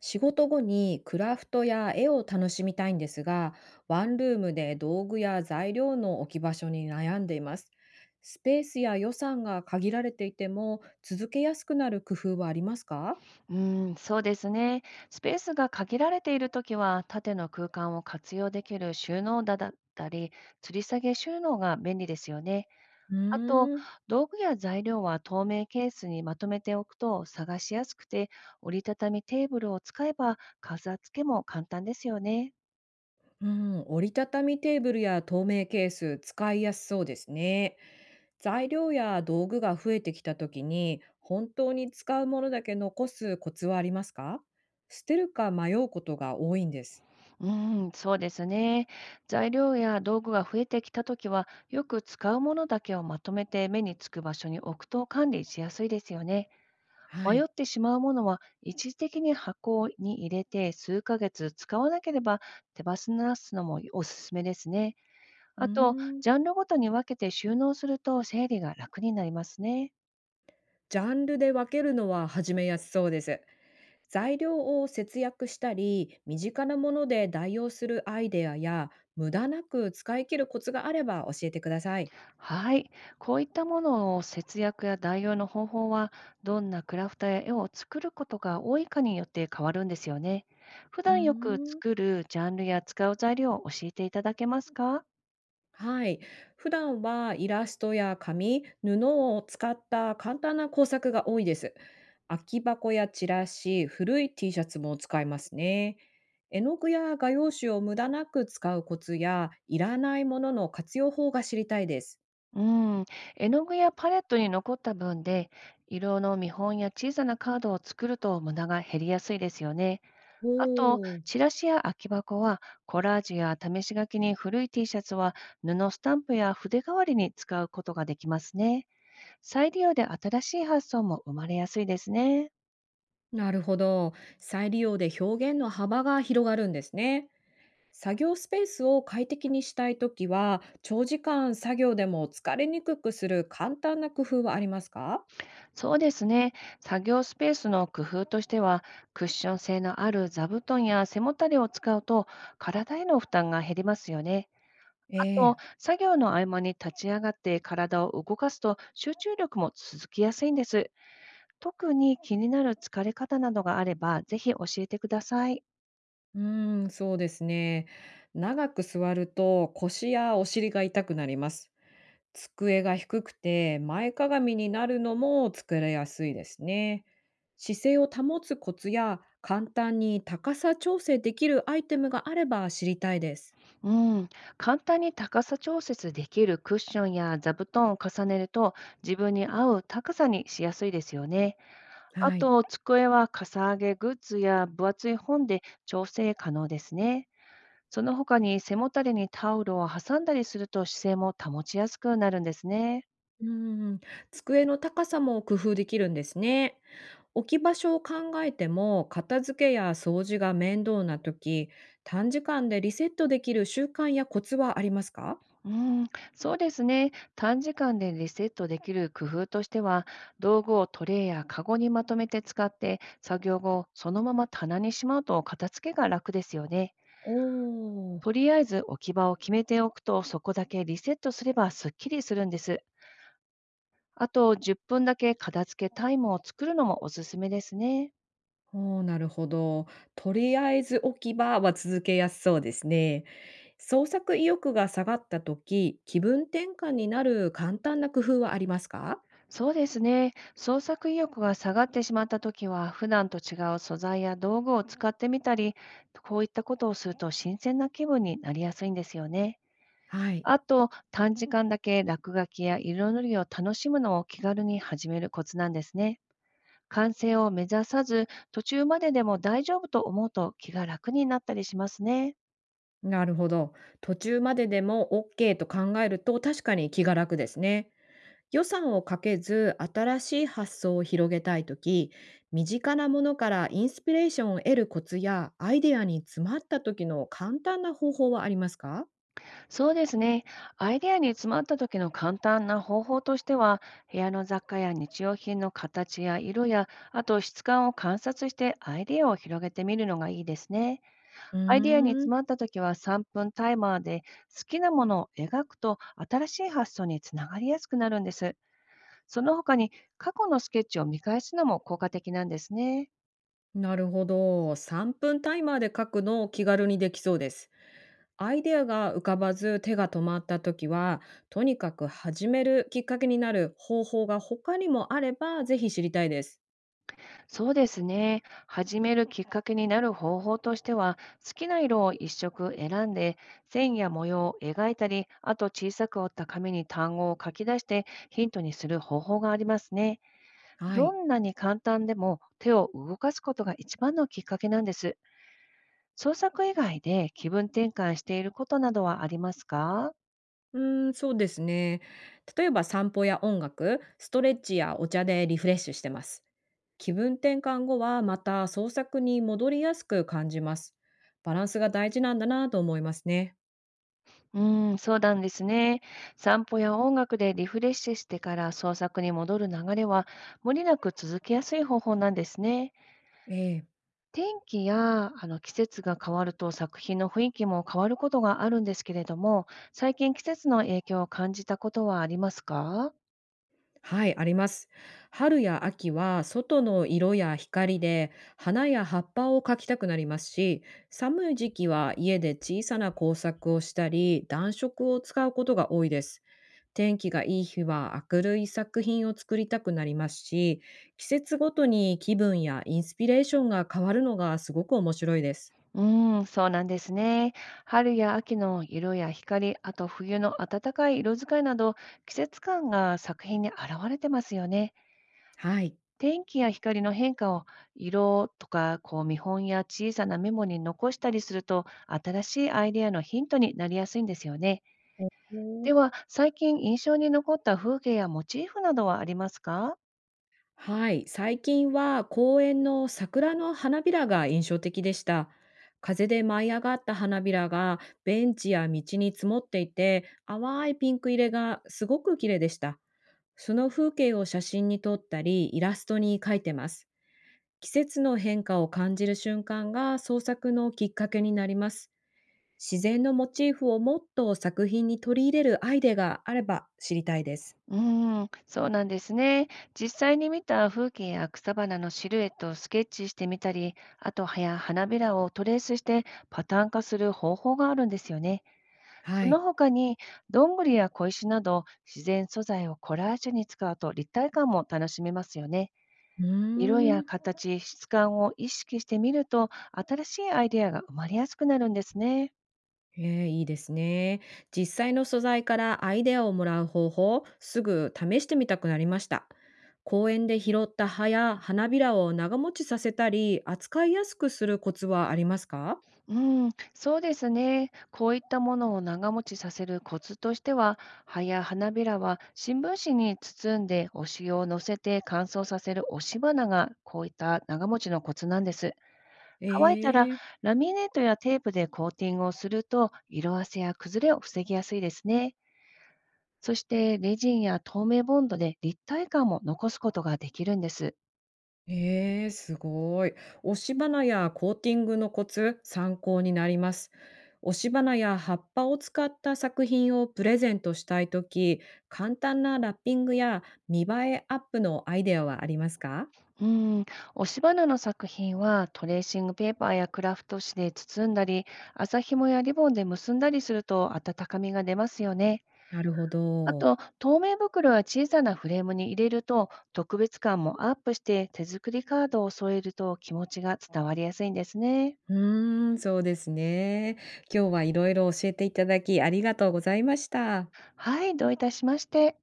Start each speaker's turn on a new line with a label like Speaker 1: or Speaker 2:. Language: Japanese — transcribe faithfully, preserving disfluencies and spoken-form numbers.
Speaker 1: 仕事後にクラフトや絵を楽しみたいんですが、ワンルームで道具や材料の置き場所に悩んでいます。スペースや予算が限られていても、続けやすくなる工夫はありますか？
Speaker 2: うん、そうですね。スペースが限られているときは、縦の空間を活用できる収納だだったり、吊り下げ収納が便利ですよね。
Speaker 1: う
Speaker 2: あと、
Speaker 1: ーん、
Speaker 2: 道具や材料は透明ケースにまとめておくと探しやすくて、折りたたみテーブルを使えば飾付けも簡単ですよね。
Speaker 1: うん、折りたたみテーブルや透明ケース、使いやすそうですね。材料や道具が増えてきた時に、本当に使うものだけ残すコツはありますか？捨てるか迷うことが多いんです。
Speaker 2: うん、そうですね。材料や道具が増えてきたときは、よく使うものだけをまとめて目につく場所に置くと管理しやすいですよね。
Speaker 1: は
Speaker 2: 迷っ
Speaker 1: い。
Speaker 2: てしまうものは、一時的に箱に入れて数ヶ月使わなければ手放すのもおすすめですね。
Speaker 1: うー
Speaker 2: あと、
Speaker 1: ん
Speaker 2: ジャンルごとに分けて収納すると整理が楽になりますね。
Speaker 1: ジャンルで分けるのは始めやすそうです。材料を節約したり、身近なもので代用するアイデアや、無駄なく使い切るコツがあれば教えてください。
Speaker 2: はい。こういったものを節約や代用の方法は、どんなクラフトや絵を作ることが多いかによって変わるんですよね。普
Speaker 1: うー
Speaker 2: 段よく
Speaker 1: ん
Speaker 2: 作るジャンルや使う材料を教えていただけますか？
Speaker 1: はい。普段はイラストや紙、布を使った簡単な工作が多いです。空き箱やチラシ、古い ティーシャツも使いますね。絵の具や画用紙を無駄なく使うコツや、いらないものの活用法が知りたいです。
Speaker 2: うん、絵の具やパレットに残った分で、色の見本や小さなカードを作ると無駄が減りやすいですよね。
Speaker 1: お
Speaker 2: あと、
Speaker 1: ー、
Speaker 2: チラシや空き箱は、コラージュや試し書きに、古い T シャツは、布スタンプや筆代わりに使うことができますね。再利用で新しい発想も生まれやすいですね。
Speaker 1: なるほど。再利用で表現の幅が広がるんですね。作業スペースを快適にしたいときは、長時間作業でも疲れにくくする簡単な工夫はありますか？
Speaker 2: そうですね。作業スペースの工夫としては、クッション性のある座布団や背もたれを使うと、体への負担が減りますよね。
Speaker 1: え
Speaker 2: あ
Speaker 1: え。
Speaker 2: と、作業の合間に立ち上がって体を動かすと、集中力も続きやすいんです。特に気になる疲れ方などがあれば、ぜひ教えてください。
Speaker 1: うーん、そうですね。長く座ると腰やお尻が痛くなります。机が低くて前かがみになるのも疲れやすいですね。姿勢を保つコツや簡単に高さ調整できるアイテムがあれば知りたいです。
Speaker 2: うん、簡単に高さ調節できるクッションや座布団を重ねると、自分に合う高さにしやすいですよね。あ
Speaker 1: はい。
Speaker 2: と、机はかさ上げグッズや分厚い本で調整可能ですね。その他に、背もたれにタオルを挟んだりすると、姿勢も保ちやすくなるんですね。
Speaker 1: うーん、机の高さも工夫できるんですね。置き場所を考えても、片付けや掃除が面倒な時、短時間でリセットできる習慣やコツはありますか？
Speaker 2: うん、そうですね。短時間でリセットできる工夫としては、道具をトレイやカゴにまとめて使って、作業後、そのまま棚にしまうと、片付けが楽ですよね。
Speaker 1: おー、
Speaker 2: とりあえず置き場を決めておくと、そこだけリセットすればすっきりするんです。あと、じゅっぷんだけ片付けタイムを作るのもおすすめですね。
Speaker 1: おー、なるほど。とりあえず置き場は続けやすそうですね。創作意欲が下がった時、気分転換になる簡単な工夫はありますか？
Speaker 2: そうですね。創作意欲が下がってしまったときは、普段と違う素材や道具を使ってみたり、こういったことをすると新鮮な気分になりやすいんですよね。
Speaker 1: はい。
Speaker 2: あと、短時間だけ落書きや色塗りを楽しむのを気軽に始めるコツなんですね。完成を目指さず、途中まででも大丈夫と思うと気が楽になったりしますね。
Speaker 1: なるほど。途中まででも オーケー と考えると確かに気が楽ですね。予算をかけず新しい発想を広げたいとき、身近なものからインスピレーションを得るコツやアイデアに詰まった時の簡単な方法はありますか？
Speaker 2: そうですね。アイデアに詰まった時の簡単な方法としては、部屋の雑貨や日用品の形や色や、あと質感を観察してアイデアを広げてみるのがいいですね。
Speaker 1: うー
Speaker 2: アイデアに
Speaker 1: ん、
Speaker 2: 詰まった時は、さんぷんタイマーで好きなものを描くと、新しい発想につながりやすくなるんです。その他に、過去のスケッチを見返すのも効果的なんですね。
Speaker 1: なるほど。さんぷんタイマーで書くのを気軽にできそうです。アイデアが浮かばず手が止まった時は、とにかく始めるきっかけになる方法が他にもあればぜひ知りたいです。
Speaker 2: そうですね。始めるきっかけになる方法としては、好きな色を一色選んで、線や模様を描いたり、あと小さく折った紙に単語を書き出してヒントにする方法がありますね。
Speaker 1: は
Speaker 2: ど
Speaker 1: い。
Speaker 2: んなに簡単でも手を動かすことが一番のきっかけなんです。創作以外で気分転換していることなどはありますか？
Speaker 1: うーん、そうですね。例えば散歩や音楽、ストレッチやお茶でリフレッシュしてます。気分転換後はまた創作に戻りやすく感じます。バランスが大事なんだなと思いますね。
Speaker 2: うん、そうなんですね。散歩や音楽でリフレッシュしてから創作に戻る流れは、無理なく続けやすい方法なんですね。
Speaker 1: ええ。
Speaker 2: 天気やあの季節が変わると作品の雰囲気も変わることがあるんですけれども、最近季節の影響を感じたことはありますか？
Speaker 1: はい、あります。春や秋は外の色や光で花や葉っぱを描きたくなりますし、寒い時期は家で小さな工作をしたり、暖色を使うことが多いです。天気がいい日は明るい作品を作りたくなりますし、季節ごとに気分やインスピレーションが変わるのがすごく面白いです。
Speaker 2: うん、そうなんですね。春や秋の色や光、あと冬の暖かい色使いなど、季節感が作品に現れてますよね。
Speaker 1: はい。
Speaker 2: 天気や光の変化を色とかこう見本や小さなメモに残したりすると、新しいアイデアのヒントになりやすいんですよね。
Speaker 1: おー、
Speaker 2: では、最近印象に残った風景やモチーフなどはありますか？
Speaker 1: はい、最近は公園の桜の花びらが印象的でした。風で舞い上がった花びらがベンチや道に積もっていて、淡いピンク入れがすごく綺麗でした。その風景を写真に撮ったり、イラストに描いてます。季節の変化を感じる瞬間が創作のきっかけになります。自然のモチーフをもっと作品に取り入れるアイデアがあれば知りたいです。
Speaker 2: うーん、そうなんですね。実際に見た風景や草花のシルエットをスケッチしてみたり、あとはや花びらをトレースしてパターン化する方法があるんですよね。
Speaker 1: は
Speaker 2: その
Speaker 1: い。
Speaker 2: 他に、どんぐりや小石など自然素材をコラージュに使うと立体感も楽しめますよね。
Speaker 1: う
Speaker 2: 色
Speaker 1: ー
Speaker 2: や
Speaker 1: ん。
Speaker 2: 形、質感を意識してみると、新しいアイデアが生まれやすくなるんですね。
Speaker 1: えー、いいですね。実際の素材からアイデアをもらう方法、すぐ試してみたくなりました。公園で拾った葉や花びらを長持ちさせたり、扱いやすくするコツはありますか？
Speaker 2: うん、そうですね。こういったものを長持ちさせるコツとしては、葉や花びらは新聞紙に包んでお塩を乗せて乾燥させる押し花が、こういった長持ちのコツなんです。乾いたら、
Speaker 1: え、
Speaker 2: ラミネートやテープでコーティングをすると、色あせや崩れを防ぎやすいですね。そして、レジンや透明ボンドで立体感も残すことができるんです。
Speaker 1: ええ、すごい。押し花やコーティングのコツ、参考になります。押し花や葉っぱを使った作品をプレゼントしたいとき、簡単なラッピングや見栄えアップのアイデアはありますか？
Speaker 2: うん、押し花の作品はトレーシングペーパーやクラフト紙で包んだり、麻紐やリボンで結んだりすると温かみが出ますよね。
Speaker 1: なるほ
Speaker 2: あ
Speaker 1: ど。
Speaker 2: と、透明袋や小さなフレームに入れると、特別感もアップして、手作りカードを添えると気持ちが伝わりやすいんですね。
Speaker 1: うーん、そうですね。今日はいろいろ教えていただきありがとうございました。
Speaker 2: はい、どういたしまして。